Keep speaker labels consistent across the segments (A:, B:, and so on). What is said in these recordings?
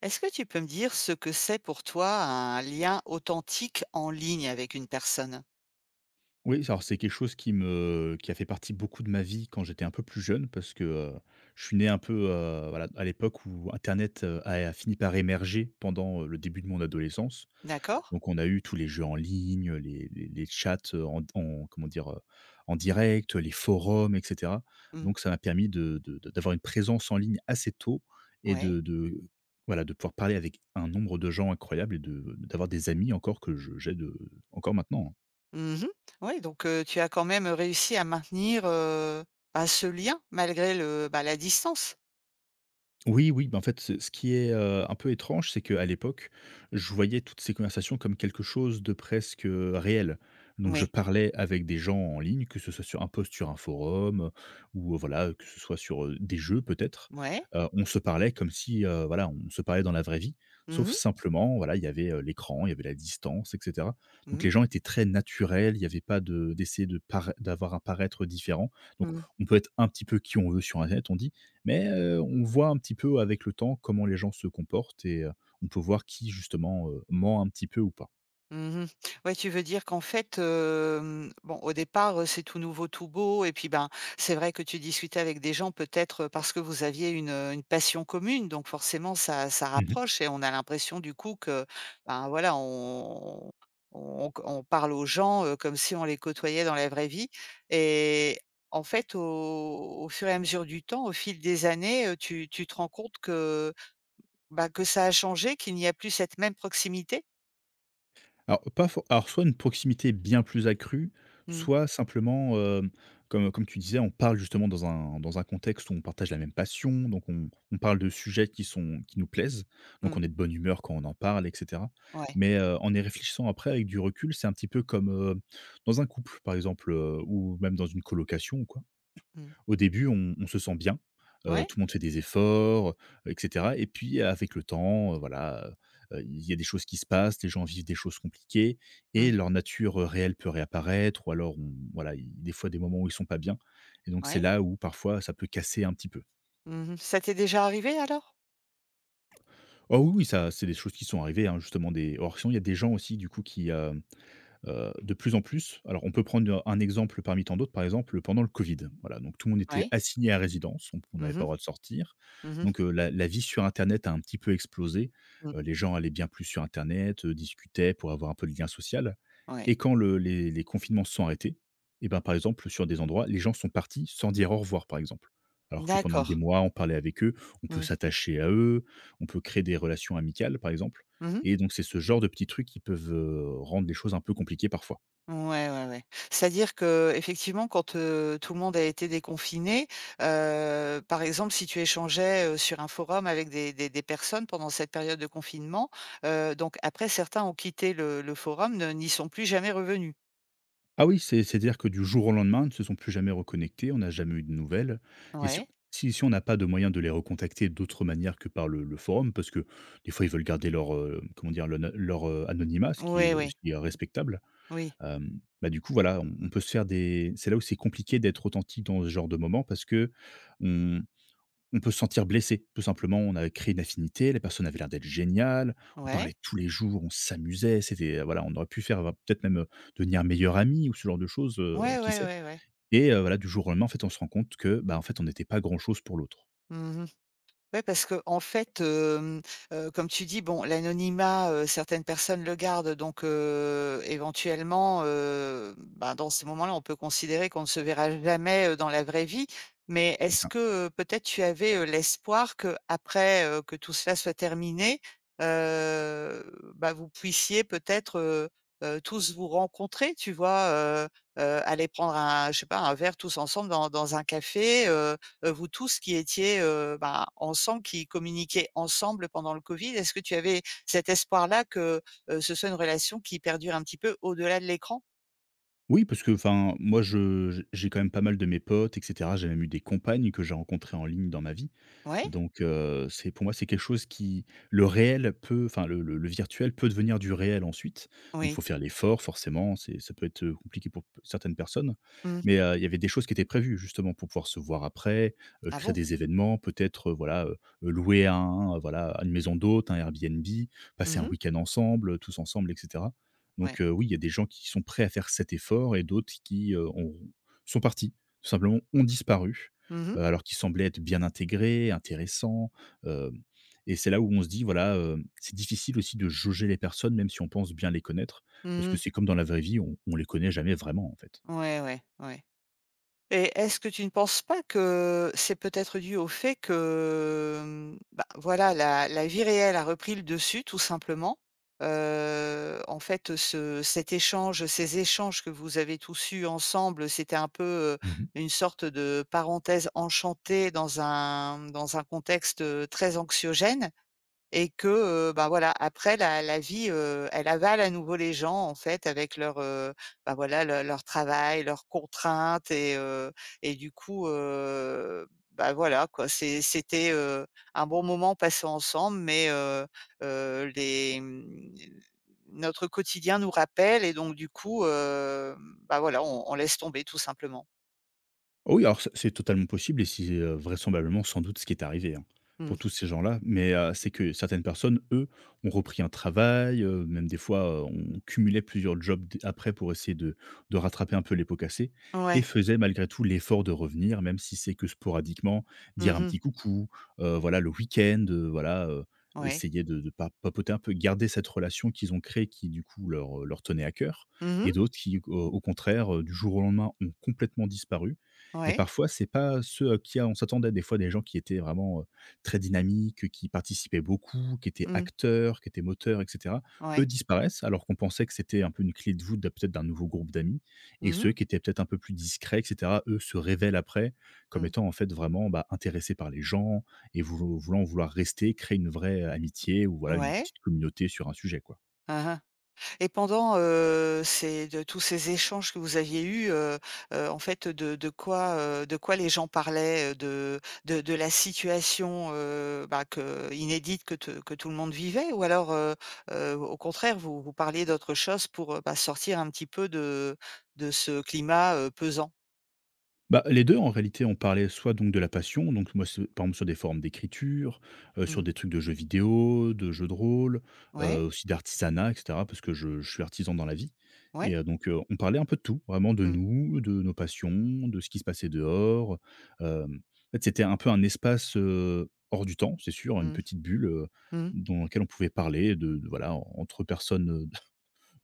A: Est-ce que tu peux me dire ce que c'est pour toi un lien authentique en ligne avec une personne?
B: Oui, alors c'est quelque chose qui a fait partie beaucoup de ma vie quand j'étais un peu plus jeune parce que, je suis né un peu, voilà, à l'époque où internet, a fini par émerger pendant, le début de mon adolescence.
A: D'accord?
B: Donc on a eu tous les jeux en ligne, les chats, en comment dire? En direct, les forums et cetera.
A: Mmh.
B: Donc ça m'a permis de d'avoir une présence en ligne assez tôt et
A: Ouais.
B: de voilà, de pouvoir parler avec un nombre de gens incroyable et de d'avoir des amis encore que je j'ai de encore maintenant. Hein.
A: Mmh. Ouais, donc tu as quand même réussi à maintenir, bah, ce lien malgré le bah, la distance?
B: Oui, oui, ben en fait, ce qui est, un peu étrange, c'est qu'à l'époque, je voyais toutes ces conversations comme quelque chose de presque, réel. Donc je
A: Oui.
B: parlais avec des gens en ligne, que ce soit sur un post sur un forum, ou, voilà, que ce soit sur, des jeux peut-être.
A: Ouais.
B: On se parlait comme si, voilà, on se parlait dans la vraie vie,
A: Mmh
B: sauf
A: mh.
B: simplement, voilà, il y avait, l'écran, il y avait la distance et cetera. Donc les
A: Mmh.
B: gens étaient très naturels, il n'y avait pas de d'essayer de para d'avoir un paraître différent. Donc
A: Mmh.
B: on peut être un petit peu qui on veut sur internet, on dit, mais, on voit un petit peu avec le temps comment les gens se comportent et on peut voir qui justement, ment un petit peu ou pas.
A: Mmh. Ouais, tu veux dire qu'en fait, bon, au départ, c'est tout nouveau, tout beau et puis, ben, c'est vrai que tu discutais avec des gens peut-être, parce que vous aviez une passion commune donc forcément ça
B: Mmh.
A: rapproche et on a l'impression du coup que, ben, voilà, on on parle aux gens, comme si on les côtoyait dans la vraie vie et en fait, au au fur et à mesure du temps, au fil des années, tu te rends compte que, bah, que ça a changé, qu'il n'y a plus cette même proximité?
B: Alors pas for alors soit une proximité bien plus accrue,
A: Mmh.
B: soit simplement, comme tu disais, on parle justement dans un contexte où on partage la même passion, donc on parle de sujets qui nous plaisent, donc
A: Mmh.
B: on est de bonne humeur quand on en parle et cetera.
A: Ouais.
B: Mais, en y réfléchissant après avec du recul, c'est un petit peu comme, dans un couple par exemple, ou même dans une colocation ou quoi.
A: Mmh.
B: Au début, on se sent bien,
A: Ouais,
B: tout le monde fait des efforts, et cetera et puis avec le temps, voilà, il y a des choses qui se passent, les gens vivent des choses compliquées
A: mmh,
B: et leur nature, réelle peut réapparaître ou alors on voilà, il des fois des moments où ils sont pas bien et donc c'est
A: ouais.
B: là où parfois ça peut casser un petit peu.
A: Mmh. Ça t'est déjà arrivé alors?
B: Oh oui, oui, ça c'est des choses qui sont arrivées, hein, justement des alors sinon il y a des gens aussi du coup qui, de plus en plus, alors on peut prendre, un exemple parmi tant d'autres, par exemple, pendant le Covid. Voilà, donc tout le monde était
A: Ouais.
B: assigné à résidence, on n'avait
A: Mmh
B: pas
A: mh.
B: le droit de sortir.
A: Mmh mh.
B: Donc, la vie sur internet a un petit peu explosé.
A: Mmh.
B: Les gens allaient bien plus sur internet, discutaient pour avoir un peu de lien social
A: Ouais.
B: et quand le les confinements se sont arrêtés et ben, par exemple, sur des endroits, les gens sont partis sans dire au revoir, par exemple. Alors que pendant
A: D'accord.
B: des mois, on parlait avec eux, on peut
A: Mmh.
B: s'attacher à eux, on peut créer des relations amicales, par exemple.
A: Mmh mh.
B: Et donc, c'est ce genre de petits trucs qui peuvent, rendre les choses un peu compliquées parfois.
A: Ouais, ouais, ouais. C'est-à-dire qu'effectivement quand, tout le monde a été déconfiné, par exemple si tu échangeais, sur un forum avec des personnes pendant cette période de confinement, donc après certains ont quitté le forum, ne n'y sont plus jamais revenus?
B: Ah oui, c'est-à-dire que du jour au lendemain, ils ne se sont plus jamais reconnectés, on n'a jamais eu de nouvelles et si on
A: Ouais.
B: si si on n'a pas de moyen de les recontacter d'autre manière que par le forum, parce que des fois, ils veulent garder leur, comment dire? Le leur, anonymat, ce qui est
A: Ouais,
B: aussi
A: ouais.
B: respectable.
A: Oui.
B: Bah, du coup, voilà, on peut se faire des c'est là où c'est compliqué d'être authentique dans ce genre de moment parce qu'on On peut se sentir blessé, tout simplement. On a créé une affinité, la personne avait l'air d'être géniale, on
A: Ouais.
B: parlait tous les jours, on s'amusait, c'était voilà, on aurait pu faire peut-être même, devenir meilleurs amis ou ce genre de choses,
A: Ouais,
B: qui
A: ouais,
B: sait?
A: ouais, ouais.
B: Et voilà, du jour au lendemain, en fait, on se rend compte que, bah, en fait, on n'était pas grand chose pour l'autre.
A: Mmh mh. Ouais, parce que en fait, comme tu dis, bon, l'anonymat, certaines personnes le gardent donc éventuellement, ben, dans ces moments-là, on peut considérer qu'on ne se verra jamais, dans la vraie vie. Mais
B: C'est
A: est-ce
B: ça.
A: que, peut-être tu avais, l'espoir qu'après, que tout cela soit terminé, bah, vous puissiez peut-être, tous vous rencontrer, tu vois? Aller prendre un je sais pas, un verre tous ensemble dans dans un café, vous tous qui étiez, bah, ensemble, qui communiquiez ensemble pendant le Covid. Est-ce que tu avais cet espoir-là que, ce soit une relation qui perdure un petit peu au-delà de l'écran?
B: Oui, parce que, enfin, moi, je j'ai quand même pas mal de mes potes et cetera. J'ai même eu des compagnes que j'ai rencontrées en ligne dans ma vie.
A: Ouais?
B: Donc, c'est pour moi, c'est quelque chose qui le réel peut enfin, le virtuel peut devenir du réel ensuite. Donc il
A: Oui.
B: faut faire l'effort forcément, c'est ça peut être, compliqué pour p certaines personnes.
A: Mmh.
B: Mais, il y avait des choses qui étaient prévues justement pour pouvoir se voir après,
A: Ah
B: créer
A: bon?
B: des événements, peut-être, voilà, louer un voilà, une maison d'hôte, un Airbnb, passer
A: Mmh
B: un
A: mh.
B: week-end ensemble, tous ensemble et cetera. Donc
A: Ouais.
B: heu, oui, il y a des gens qui sont prêts à faire cet effort et d'autres qui, ont sont partis, tout simplement, ont disparu,
A: Mmh mh.
B: alors qu'ils semblaient être bien intégrés, intéressants, heu et c'est là où on se dit, voilà, c'est difficile aussi de jauger les personnes, même si on pense bien les connaître, parce que
A: Mmh.
B: c'est comme dans la vraie vie, on les connaît jamais vraiment, en fait.
A: Ouais, ouais, ouais. Et est-ce que tu ne penses pas que c'est peut-être dû au fait que, bah, voilà, la vie réelle a repris le dessus tout simplement? En fait, ce cet échange ces échanges que vous avez tous eus ensemble, c'était un peu, une sorte de parenthèse enchantée dans un contexte, très anxiogène et que, bah, voilà, après la vie, elle avale à nouveau les gens en fait avec leur, bah, voilà le leur travail, leurs contraintes et du coup, bah, voilà quoi. C'est c'était, un bon moment passé ensemble, mais les, mmh, notre quotidien nous rappelle et donc du coup, bah, voilà, on laisse tomber tout simplement.
B: Oh oui, alors, c'est totalement possible et c'est, vraisemblablement, sans doute, ce qui est arrivé, hein,
A: Mmh.
B: pour tous ces gens-là. Mais, c'est que certaines personnes, eux, ont repris un travail, même des fois, ont cumulé plusieurs jobs d après pour essayer de rattraper un peu les pots cassés et
A: Ouais.
B: faisaient malgré tout l'effort de revenir, même si c'est que sporadiquement, dire un
A: Mmh.
B: petit coucou, voilà, le week-end, voilà,
A: Ouais.
B: essayer de pa papoter un peu, garder cette relation qu'ils ont créée qui, du coup, leur tenait à cœur
A: Mmh.
B: et d'autres qui, au contraire, du jour au lendemain, ont complètement disparu et
A: Ouais.
B: parfois, c'est pas ceux à qui on s'attendait. Des fois, des gens qui étaient vraiment, très dynamiques, qui participaient beaucoup, qui étaient
A: Mmh.
B: acteurs, qui étaient moteurs et cetera. Eux
A: Ouais.
B: disparaissent, alors qu'on pensait que c'était un peu une clé de voûte de peut-être d'un nouveau groupe d'amis et
A: Mmh mh.
B: ceux qui étaient peut-être un peu plus discrets et cetera, eux se révèlent après comme
A: Mmh.
B: étant en fait vraiment, bah, intéressés par les gens et vouloir rester, créer une vraie amitié ou voilà une
A: Ouais.
B: petite communauté sur un sujet, quoi.
A: Hein hein. Et pendant, ces de tous ces échanges que vous aviez eus, en fait, de quoi, de quoi les gens parlaient, de de la situation, bah, que inédite que tout le monde vivait? Ou alors, au contraire, vous vous parliez d'autre chose pour, bah, sortir un petit peu de ce climat, pesant?
B: Bah, les 2 en réalité, on parlait soit donc de la passion, donc moi, ce par exemple sur des formes d'écriture, sur
A: Mmh.
B: des trucs de jeux vidéo, de jeux de rôle,
A: Ouais?
B: aussi d'artisanat et cetera parce que je suis artisan dans la vie
A: Ouais?
B: et donc on parlait un peu de tout, vraiment de
A: Mmh.
B: nous, de nos passions, de ce qui se passait dehors, hem, en fait, c'était un peu un espace, hors du temps, c'est sûr, une
A: Mmh.
B: petite bulle,
A: Mmh.
B: dans laquelle on pouvait parler de voilà, entre personnes,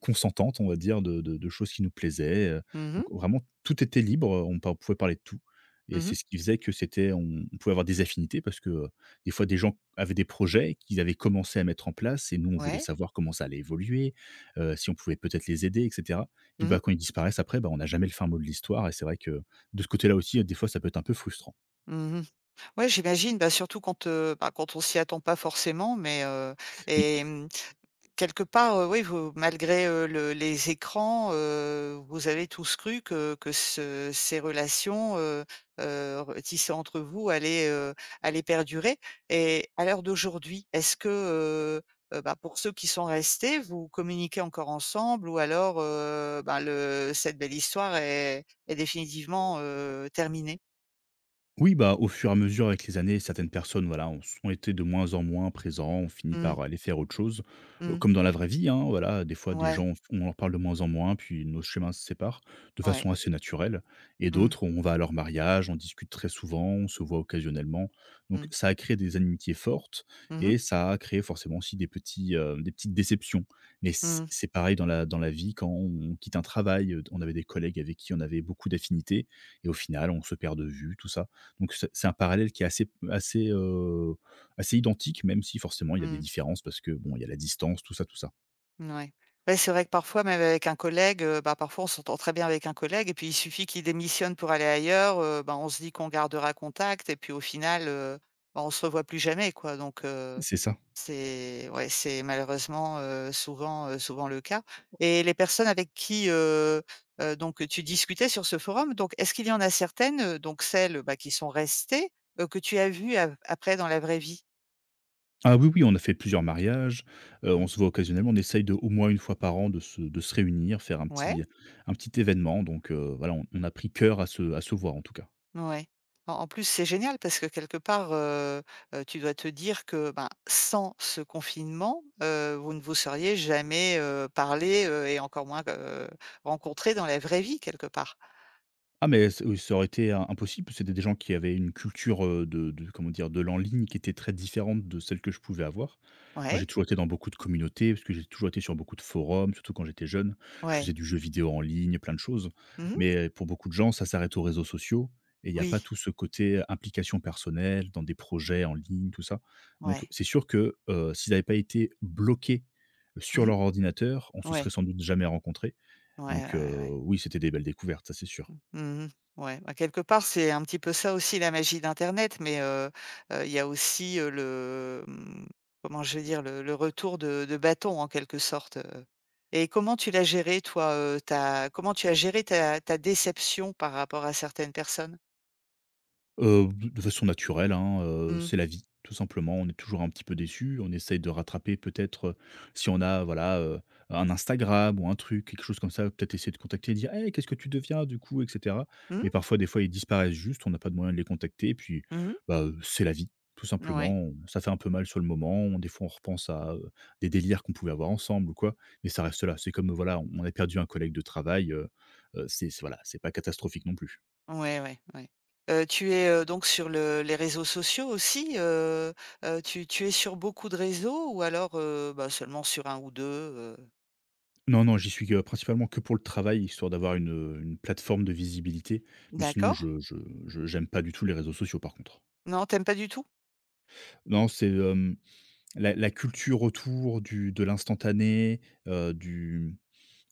B: consentante, on va dire, de choses qui nous plaisaient,
A: Mmh mh.
B: donc vraiment tout était libre, on par pouvait parler de tout et
A: Mmh.
B: c'est ce qui faisait que c'était on pouvait avoir des affinités parce que, des fois des gens avaient des projets qu'ils avaient commencé à mettre en place et nous, on voulait
A: Ouais.
B: savoir comment ça allait évoluer, si on pouvait peut-être les aider et cetera. Puis,
A: Mmh mh.
B: bah, quand ils disparaissent après, bah, on n'a jamais le fin mot de l'histoire et c'est vrai que de ce côté-là aussi, des fois, ça peut être un peu frustrant.
A: Mmh. Ouais, j'imagine, bah, surtout quand, bah, quand on s'y attend pas forcément mais,
B: Oui.
A: et mmh. Quelque part, oui, vous malgré, le les écrans, vous avez tous cru que ce ces relations, tissées entre vous allaient, allaient perdurer et à l'heure d'aujourd'hui, est-ce que, bah, pour ceux qui sont restés, vous communiquez encore ensemble ou alors, ben, le cette belle histoire est définitivement, terminée?
B: Oui, bah, au fur et à mesure, avec les années, certaines personnes, voilà, ont été de moins en moins présents, on finit
A: Mmh.
B: par aller faire autre chose,
A: Mmh.
B: comme dans la vraie vie, hein, voilà, des fois, des
A: Ouais.
B: gens, on leur parle de moins en moins, puis nos chemins se séparent de façon
A: Ouais.
B: assez naturelle et
A: Mmh.
B: d'autres, on va à leur mariage, on discute très souvent, on se voit occasionnellement.
A: Mmh.
B: Donc ça a créé des amitiés fortes
A: Mmh mh.
B: et ça a créé forcément aussi des petits, des petites déceptions. Mais c'est
A: Mmh.
B: c'est pareil dans la vie quand on quitte un travail, on avait des collègues avec qui on avait beaucoup d'affinités et au final, on se perd de vue, tout ça. Donc c'est un parallèle qui est assez, assez identique, même si forcément il y a des
A: Mmh.
B: différences parce que bon, il y a la distance, tout ça, tout ça.
A: Mouais. Ouais, c'est vrai que parfois, même avec un collègue, bah, parfois on s'entend très bien avec un collègue et puis il suffit qu'il démissionne pour aller ailleurs, bah, on se dit qu'on gardera contact et puis au final, bah, on se revoit plus jamais quoi donc
B: C'est ça.
A: c'est ouais, c'est malheureusement, souvent, souvent le cas et les personnes avec qui, donc tu discutais sur ce forum, donc est-ce qu'il y en a certaines, donc celles, bah, qui sont restées, que tu as vues av après dans la vraie vie?
B: Ah oui, oui, on a fait plusieurs mariages,
A: Mmh.
B: on se voit occasionnellement, on essaye de au moins une fois par an de se réunir, faire
A: Ouais.
B: un petit événement donc voilà, on a pris cœur à se voir en tout cas.
A: Ouais. En en plus, c'est génial parce que quelque part, tu dois te dire que, ben, sans ce confinement, vous ne vous seriez jamais, parlé, et encore moins, rencontrés dans la vraie vie quelque part.
B: Ça aurait été im impossible, c'était des gens qui avaient une culture, de comment dire? De l'en ligne qui était très différente de celle que je pouvais avoir. Moi,
A: Ouais,
B: j'ai toujours été dans beaucoup de communautés, parce que j'ai toujours été sur beaucoup de forums, surtout quand j'étais jeune. Je faisais
A: ouais.
B: du jeu vidéo en ligne, plein de choses,
A: Mmh.
B: mais pour beaucoup de gens, ça s'arrête aux réseaux sociaux et il n'y a
A: Oui,
B: pas tout ce côté implication personnelle dans des projets en ligne, tout ça. Donc
A: ouais.
B: c'est sûr que, s'ils avaient pas été bloqués sur
A: Mmh.
B: leur ordinateur, on se serait
A: Ouais.
B: sans doute jamais rencontrés.
A: Ouais, ouais,
B: Donc
A: ouais, ouais.
B: oui, c'était des belles découvertes, ça c'est sûr.
A: Mmh. Ouais, bah, quelque part, c'est un petit peu ça aussi la magie d'internet, mais il y a aussi, le, mmh, comment je vais dire? Le retour de bâton en quelque sorte, et comment tu l'as géré toi, ta comment tu as géré ta déception par rapport à certaines personnes?
B: De façon naturelle, hein,
A: Mmh.
B: c'est la vie, tout simplement. On est toujours un petit peu déçu, on essaye de rattraper peut-être, si on a voilà, un Instagram ou un truc, quelque chose comme ça, peut-être essayer de contacter et dire: «Hey, qu'est-ce que tu deviens du coup?» et cetera.
A: Mmh?
B: Mais parfois, des fois, ils disparaissent juste, on n'a pas de moyen de les contacter et puis,
A: Mmh.
B: bah, c'est la vie, tout
A: Ouais.
B: simplement. On ça fait un peu mal sur le moment, on des fois, on repense à, des délires qu'on pouvait avoir ensemble ou quoi, mais ça reste là. C'est comme, voilà, on a perdu un collègue de travail, c'est voilà, c'est pas catastrophique non plus.
A: Ouais, ouais, ouais. Tu es, donc sur le les réseaux sociaux aussi, tu es sur beaucoup de réseaux ou alors, bah, seulement sur un ou 2 heu?
B: Non, non, j'y suis que principalement que pour le travail, histoire d'avoir une plateforme de visibilité, mais sinon
A: D'accord.
B: je j'aime pas du tout les réseaux sociaux par contre.
A: Non, t'aimes pas du tout?
B: Non, c'est, la la culture autour du de l'instantané, heu, du,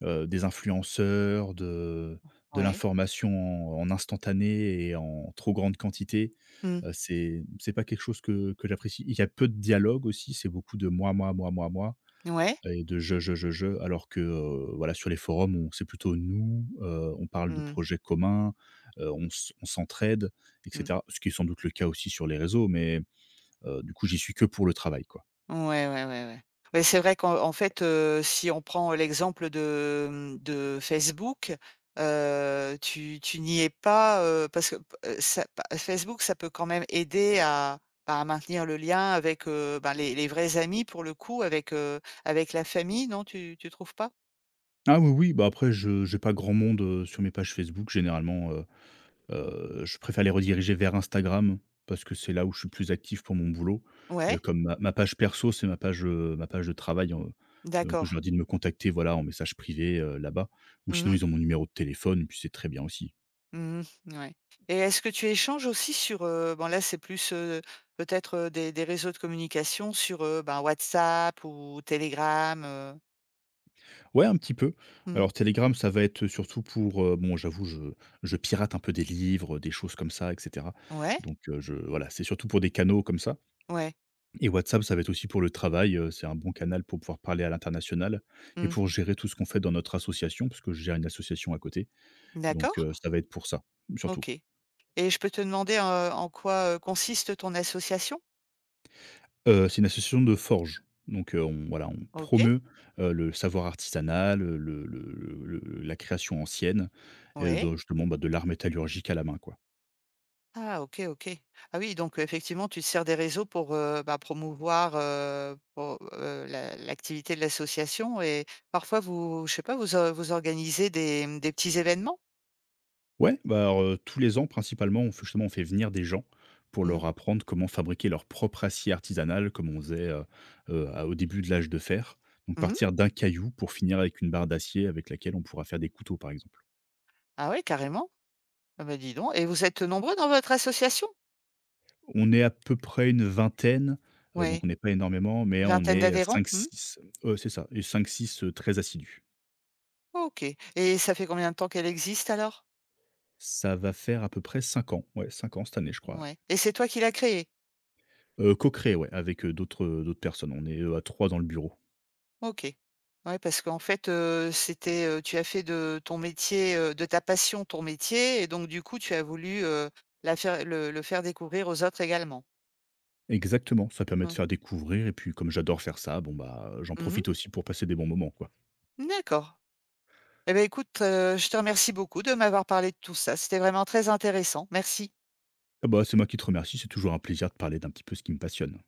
B: des influenceurs, de
A: Ouais.
B: l'information en en instantané et en trop grande quantité,
A: Mmh.
B: c'est pas quelque chose que j'apprécie. Il y a peu de dialogue aussi, c'est beaucoup de moi, moi, moi, moi, moi
A: Ouais.
B: et de je, alors que voilà, sur les forums, on c'est plutôt nous, on parle de
A: Mmh.
B: projets communs, on s'entraide et
A: Mmh.
B: cetera. Ce qui est sans doute le cas aussi sur les réseaux, mais du coup, j'y suis que pour le travail, quoi.
A: Ouais, ouais, ouais, ouais. Ouais, c'est vrai qu'en en fait, si on prend l'exemple de, mmh, de Facebook, tu n'y es pas, parce que p ça pa Facebook, ça peut quand même aider à, bah, à maintenir le lien avec, ben, les vrais amis pour le coup, avec, avec la famille, non, tu trouves pas?
B: Ah oui, oui, bah, après je j'ai pas grand monde, sur mes pages Facebook généralement. Je préfère les rediriger vers Instagram parce que c'est là où je suis plus actif pour mon boulot.
A: Ouais,
B: Comme ma page perso, c'est ma page de travail, donc je
A: d'accord.
B: leur dis de me contacter, voilà, en message privé, là-bas ou sinon
A: Mmh.
B: ils ont mon numéro de téléphone et puis c'est très bien aussi.
A: Mmh ouais et est-ce que tu échanges aussi sur, bon là, c'est plus, peut-être, des réseaux de communication sur, ben, WhatsApp ou Telegram, heu?
B: Ouais, un petit peu.
A: Mmh.
B: Alors Telegram, ça va être surtout pour, bon j'avoue je pirate un peu des livres, des choses comme ça et cetera,
A: Ouais?
B: donc je voilà, c'est surtout pour des canaux comme ça.
A: Ouais.
B: Et WhatsApp, ça va être aussi pour le travail, c'est un bon canal pour pouvoir parler à l'international et
A: Mmh.
B: pour gérer tout ce qu'on fait dans notre association, parce que je gère une association à côté, donc
A: D'accord.
B: ça va être pour ça, surtout.
A: OK et je peux te demander, en quoi, consiste ton association?
B: C'est une association de forge, donc on voilà, on
A: OK.
B: promeut, le savoir artisanal, le la création ancienne et
A: Ouais.
B: de justement, bah, de l'art métallurgique à la main, quoi.
A: Ah OK, OK. Ah oui, donc effectivement, tu te sers des réseaux pour, bah, promouvoir, pour, la l'activité de l'association et parfois vous je sais pas, vous o vous organisez des, mmh, des petits événements?
B: Ouais, bah, alors, tous les ans principalement, on fait justement on fait venir des gens pour
A: Mmh.
B: leur apprendre comment fabriquer leur propre acier artisanal comme on faisait, à au début de l'âge de fer. Donc
A: Mmh.
B: partir d'un caillou pour finir avec une barre d'acier avec laquelle on pourra faire des couteaux, par exemple.
A: Ah ouais, carrément. Ah bah, dis donc et vous êtes nombreux dans votre association?
B: On est à peu près une vingtaine,
A: Ouais,
B: donc on n'est pas énormément, mais
A: une
B: on
A: vingtaine
B: est,
A: d'adhérents? Mmh.
B: cinq-six. C'est ça et 5-6, très assidus.
A: OK et ça fait combien de temps qu'elle existe alors?
B: Ça va faire à peu près 5 ans, ouais, 5 ans cette année, je crois, ouais.
A: Ouais et c'est toi qui l'as créée?
B: Co-créé, ouais, avec, d'autres personnes. On est, à 3 dans le bureau.
A: OK. Ouais, parce qu'en fait, c'était, tu as fait de ton métier, de ta passion ton métier et donc du coup, tu as voulu, la faire le faire découvrir aux autres également?
B: Exactement, ça permet de
A: Mmh.
B: faire découvrir et puis comme j'adore faire ça, bon bah, j'en
A: Mmh.
B: profite aussi pour passer des bons moments, quoi.
A: D'accord. Eh ben écoute, je te remercie beaucoup de m'avoir parlé de tout ça. C'était vraiment très intéressant. Merci.
B: Ah bah, c'est moi qui te remercie, c'est toujours un plaisir de parler d'un petit peu ce qui me passionne.